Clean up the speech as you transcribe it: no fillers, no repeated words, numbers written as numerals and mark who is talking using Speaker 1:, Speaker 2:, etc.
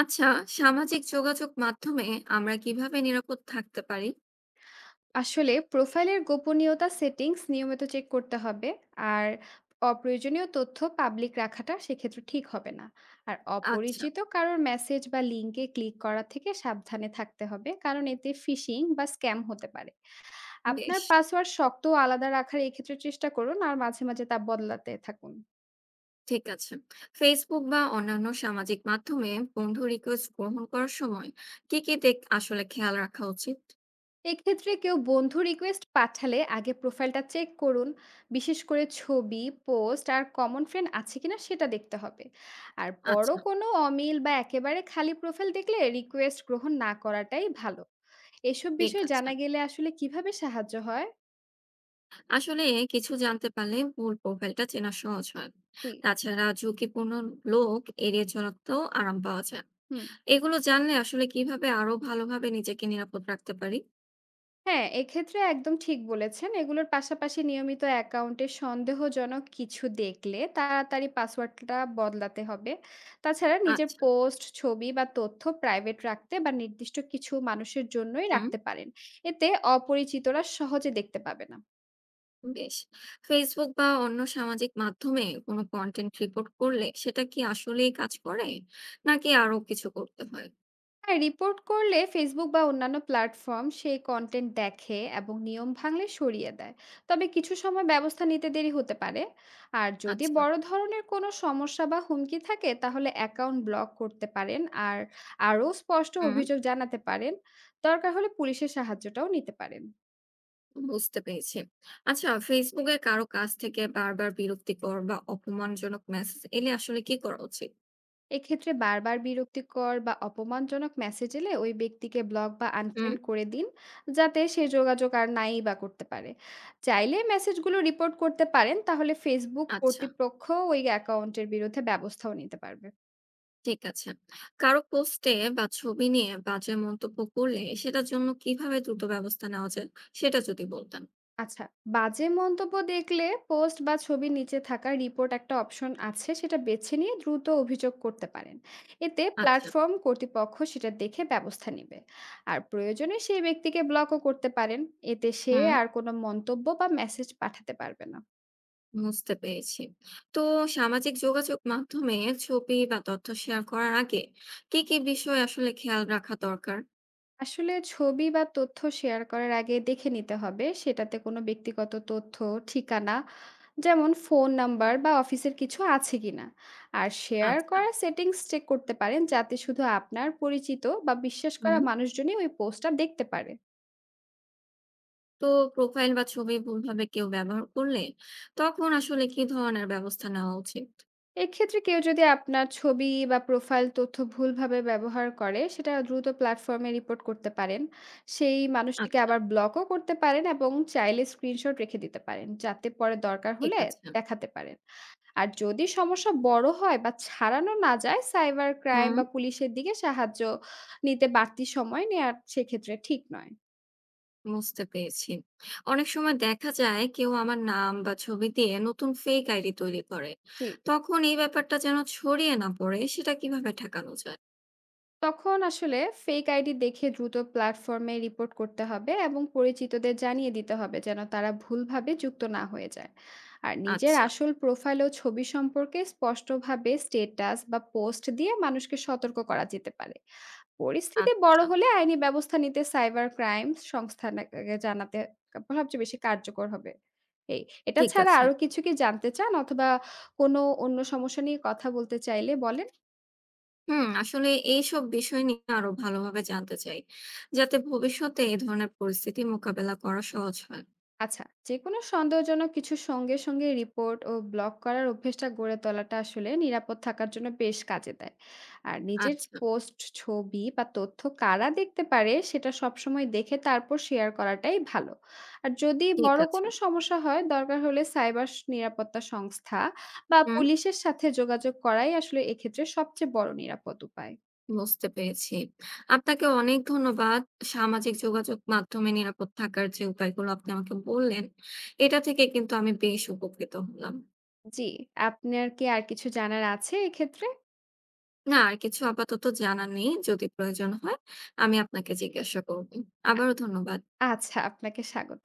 Speaker 1: আচ্ছা, সামাজিক যোগাযোগ মাধ্যমে আমরা কিভাবে নিরাপদ থাকতে পারি?
Speaker 2: আসলে প্রোফাইলের গোপনীয়তা সেটিংস নিয়মিত চেক করতে হবে। আর অপ্রয়োজনীয় তথ্য পাবলিক রাখাটা সেক্ষেত্রে ঠিক হবে না। আর
Speaker 1: আচ্ছা,
Speaker 2: অপরিচিত কারোর মেসেজ বা লিঙ্কে ক্লিক করা থেকে সাবধানে থাকতে হবে, কারণ এতে ফিশিং বা স্ক্যাম হতে পারে। আপনার
Speaker 1: বেশ।
Speaker 2: পাসওয়ার্ড শক্ত ও আলাদা রাখার এক্ষেত্রে চেষ্টা করুন, আর মাঝে মাঝে তা বদলাতে থাকুন।
Speaker 1: ঠিক আছে। Facebook বা অন্যান্য সামাজিক মাধ্যমে বন্ধু রিকোয়েস্ট গ্রহণ করার সময় কি, কি দিক আসলে খেয়াল রাখা উচিত?
Speaker 2: এক্ষেত্রে কেউ বন্ধু রিকোয়েস্ট পাঠালে আগে প্রোফাইলটা চেক করুন। বিশেষ করে ছবি, পোস্ট আর কমন ফ্রেন্ড আছে কিনা সেটা দেখতে হবে। আর বড়
Speaker 1: আচ্ছা,
Speaker 2: কোনো অমিল বা একেবারে খালি প্রোফাইল দেখলে রিকোয়েস্ট গ্রহণ না করাটাই ভালো। এসব
Speaker 1: ঠিক
Speaker 2: বিষয়
Speaker 1: আছে।
Speaker 2: জানা গেলে আসলে কিভাবে সাহায্য হয়?
Speaker 1: আসলে কিছু জানতে পারলে মূল প্রোফাইলটা চেনা সহজ হয়।
Speaker 2: জি।
Speaker 1: তাছাড়া ঝুঁকিপূর্ণ লোক এড়িয়ে চলাতেও আরাম পাওয়া যায়।
Speaker 2: হুম।
Speaker 1: এগুলো জানলে আসলে কিভাবে আরো ভালোভাবে নিজেকে নিরাপদ রাখতে পারি?
Speaker 2: হ্যাঁ, এক্ষেত্রে একদম ঠিক বলেছেন। এগুলোর পাশাপাশি নিয়মিত অ্যাকাউন্টে সন্দেহজনক কিছু দেখলে তাড়াতাড়ি পাসওয়ার্ডটা বদলাতে হবে। তাছাড়া নিজের
Speaker 1: আচ্ছা,
Speaker 2: পোস্ট, ছবি বা তথ্য প্রাইভেট রাখতে বা নির্দিষ্ট কিছু মানুষের জন্যই
Speaker 1: হুম।
Speaker 2: রাখতে পারেন। এতে অপরিচিতরা সহজে দেখতে পাবে না।
Speaker 1: বেশ। Facebook বা অন্য সামাজিক মাধ্যমে কোনো কনটেন্ট রিপোর্ট করলে সেটা কি আসলেই কাজ করে? নাকি আরো কিছু করতে হয়?
Speaker 2: হ্যাঁ, রিপোর্ট করলে ফেসবুক বা অন্যান্য প্ল্যাটফর্ম সেই কন্টেন্ট দেখে এবং নিয়ম ভাঙলে সরিয়ে দেয়। তবে কিছু সময় ব্যবস্থা নিতে দেরি হতে পারে। আর যদি
Speaker 1: আচ্ছা।
Speaker 2: বড় ধরনের কোনো সমস্যা বা হুমকি থাকে, তাহলে অ্যাকাউন্ট ব্লক করতে পারেন। আর আরও স্পষ্ট
Speaker 1: হুম,
Speaker 2: অভিযোগ জানাতে পারেন। দরকার হলে পুলিশের সাহায্যটাও নিতে পারেন।
Speaker 1: বুঝতে পেরেছি। আচ্ছা, Facebook এ কারো কাছ থেকে বারবার বিরক্তিকর বা অপমানজনক মেসেজ এলে আসলে কি করা উচিত?
Speaker 2: এক্ষেত্রে বারবার বিরক্তিকর বা অপমানজনক মেসেজ এলে ওই ব্যক্তিকে ব্লক বা
Speaker 1: হুম,
Speaker 2: আনফ্রেন্ড করে দিন, যাতে সে যোগাযোগ আর নাই বা করতে পারে। চাইলে মেসেজগুলো রিপোর্ট করতে পারেন, তাহলে ফেসবুক
Speaker 1: আচ্ছা।
Speaker 2: কর্তৃপক্ষ ওই অ্যাকাউন্টের বিরুদ্ধে ব্যবস্থাও নিতে পারবে।
Speaker 1: ঠিক আছে। কারো পোস্টে বা ছবি নিয়ে বাজে মন্তব্য করলে সেটার জন্য কিভাবে দ্রুত ব্যবস্থা নেওয়া যায়? সেটা যদি বলতেন।
Speaker 2: আচ্ছা, বাজে মন্তব্য দেখলে পোস্ট বা ছবির নিচে থাকা রিপোর্ট একটা অপশন আছে, সেটা বেছে নিয়ে দ্রুত অভিযোগ করতে পারেন। এতে
Speaker 1: আচ্ছা।
Speaker 2: প্ল্যাটফর্ম কর্তৃপক্ষ সেটা দেখে ব্যবস্থা নেবে। আর প্রয়োজনে সেই ব্যক্তিকে ব্লকও করতে পারেন। এতে সে
Speaker 1: হুম।
Speaker 2: আর কোনো মন্তব্য বা মেসেজ পাঠাতে পারবে না।
Speaker 1: বুঝতে পেরেছি। তো সামাজিক যোগাযোগ মাধ্যমে ছবি বা তথ্য শেয়ার করার আগে কি, কি বিষয় আসলে খেয়াল রাখা দরকার?
Speaker 2: আসলে ছবি বা তথ্য শেয়ার করার আগে দেখে নিতে হবে সেটাতে কোনো ব্যক্তিগত তথ্য, ঠিকানা, যেমন ফোন নাম্বার বা অফিসের কিছু আছে কিনা। আর শেয়ার
Speaker 1: আচ্ছা।
Speaker 2: করা সেটিংস চেক করতে পারেন, যাতে শুধু আপনার পরিচিত বা বিশ্বাস
Speaker 1: হুম।
Speaker 2: করা মানুষজনই ওই পোস্টটা দেখতে পারে।
Speaker 1: তো প্রোফাইল বা ছবি ভুলভাবে কেউ ব্যবহার করলে তখন আসলে কি ধরনের ব্যবস্থা নেওয়া উচিত?
Speaker 2: এক্ষেত্রে কেউ যদি আপনার ছবি বা প্রোফাইল তথ্য ভুলভাবে ব্যবহার করে, সেটা দ্রুত প্ল্যাটফর্মে রিপোর্ট করতে পারেন। সেই মানুষটিকে
Speaker 1: আচ্ছা,
Speaker 2: আবার ব্লকও করতে পারেন এবং চাইলে স্ক্রিনশট রেখে দিতে পারেন, যাতে পরে দরকার
Speaker 1: ঠিক
Speaker 2: হলে
Speaker 1: আছে।
Speaker 2: দেখাতে পারেন। আর যদি সমস্যা বড় হয় বা ছাড়ানো না যায়, সাইবার ক্রাইম
Speaker 1: হুম,
Speaker 2: বা পুলিশের দিকে সাহায্য নিতে বাড়তি সময় নেওয়ার সেক্ষেত্রে ঠিক নয়।
Speaker 1: বুঝতে পেরেছি। অনেক সময় দেখা যায় কেউ আমার নাম বা ছবি দিয়ে নতুন ফেক আইডি তৈরি করে।
Speaker 2: জি।
Speaker 1: তখন এই ব্যাপারটা যেন ছড়িয়ে না পড়ে সেটা কিভাবে ঠেকানো যায়?
Speaker 2: তখন আসলে ফেক আইডি দেখে দ্রুত প্ল্যাটফর্মে রিপোর্ট করতে হবে এবং পরিচিতদের জানিয়ে দিতে হবে যেন তারা ভুলভাবে যুক্ত না হয়ে যায়। আর নিজের
Speaker 1: আচ্ছা,
Speaker 2: আসল প্রোফাইল ও ছবি সম্পর্কে স্পষ্টভাবে স্টেটাস বা পোস্ট দিয়ে মানুষকে সতর্ক করা যেতে পারে। পরিস্থিতি বড়
Speaker 1: আচ্ছা।
Speaker 2: হলে আইনি ব্যবস্থা নিতে সাইবার ক্রাইম সংস্থাকে জানাতে সবচেয়ে বেশি কার্যকর হবে। এই এটা
Speaker 1: ঠিক
Speaker 2: ছাড়া
Speaker 1: আছে।
Speaker 2: আরো কিছু কি জানতে চান, অথবা কোনো অন্য সমস্যা নিয়ে কথা বলতে চাইলে বলেন।
Speaker 1: হুম, আসলে এইসব বিষয় নিয়ে আরো ভালোভাবে জানতে চাই, যাতে ভবিষ্যতে এই ধরনের পরিস্থিতি মোকাবেলা করা সহজ হয়।
Speaker 2: আচ্ছা, যেকোনো সন্দেহজনক কিছুর সঙ্গে সঙ্গে রিপোর্ট ও ব্লক করার অভ্যেসটা গড়ে তোলাটা আসলে নিরাপদ থাকার জন্য বেশ কাজে দেয়। আর নিজের
Speaker 1: আচ্ছা,
Speaker 2: পোস্ট, ছবি বা তথ্য কারা দেখতে পারে সেটা সবসময় দেখে তারপর শেয়ার করাটাই ভালো। আর যদি
Speaker 1: ঠিক
Speaker 2: বড়
Speaker 1: আছে।
Speaker 2: কোনো সমস্যা হয়, দরকার হলে নিরাপত্তা সংস্থা বা
Speaker 1: হুম,
Speaker 2: পুলিশের সাথে যোগাযোগ করাই আসলে এক্ষেত্রে সবচেয়ে বড় নিরাপদ উপায়।
Speaker 1: বুঝতে পেরেছি। আপনাকে অনেক ধন্যবাদ। সামাজিক যোগাযোগ মাধ্যমে নিরাপদ থাকার যে উপায়গুলো আপনি আমাকে বললেন, এটা থেকে কিন্তু আমি বেশ উপকৃত হলাম।
Speaker 2: জি, আপনার কি আর কিছু জানার আছে এক্ষেত্রে?
Speaker 1: না, আর কিছু আপাতত জানা নেই। যদি প্রয়োজন হয়, আমি আপনাকে জিজ্ঞাসা করব। আবারও ধন্যবাদ।
Speaker 2: আচ্ছা, আপনাকে স্বাগত।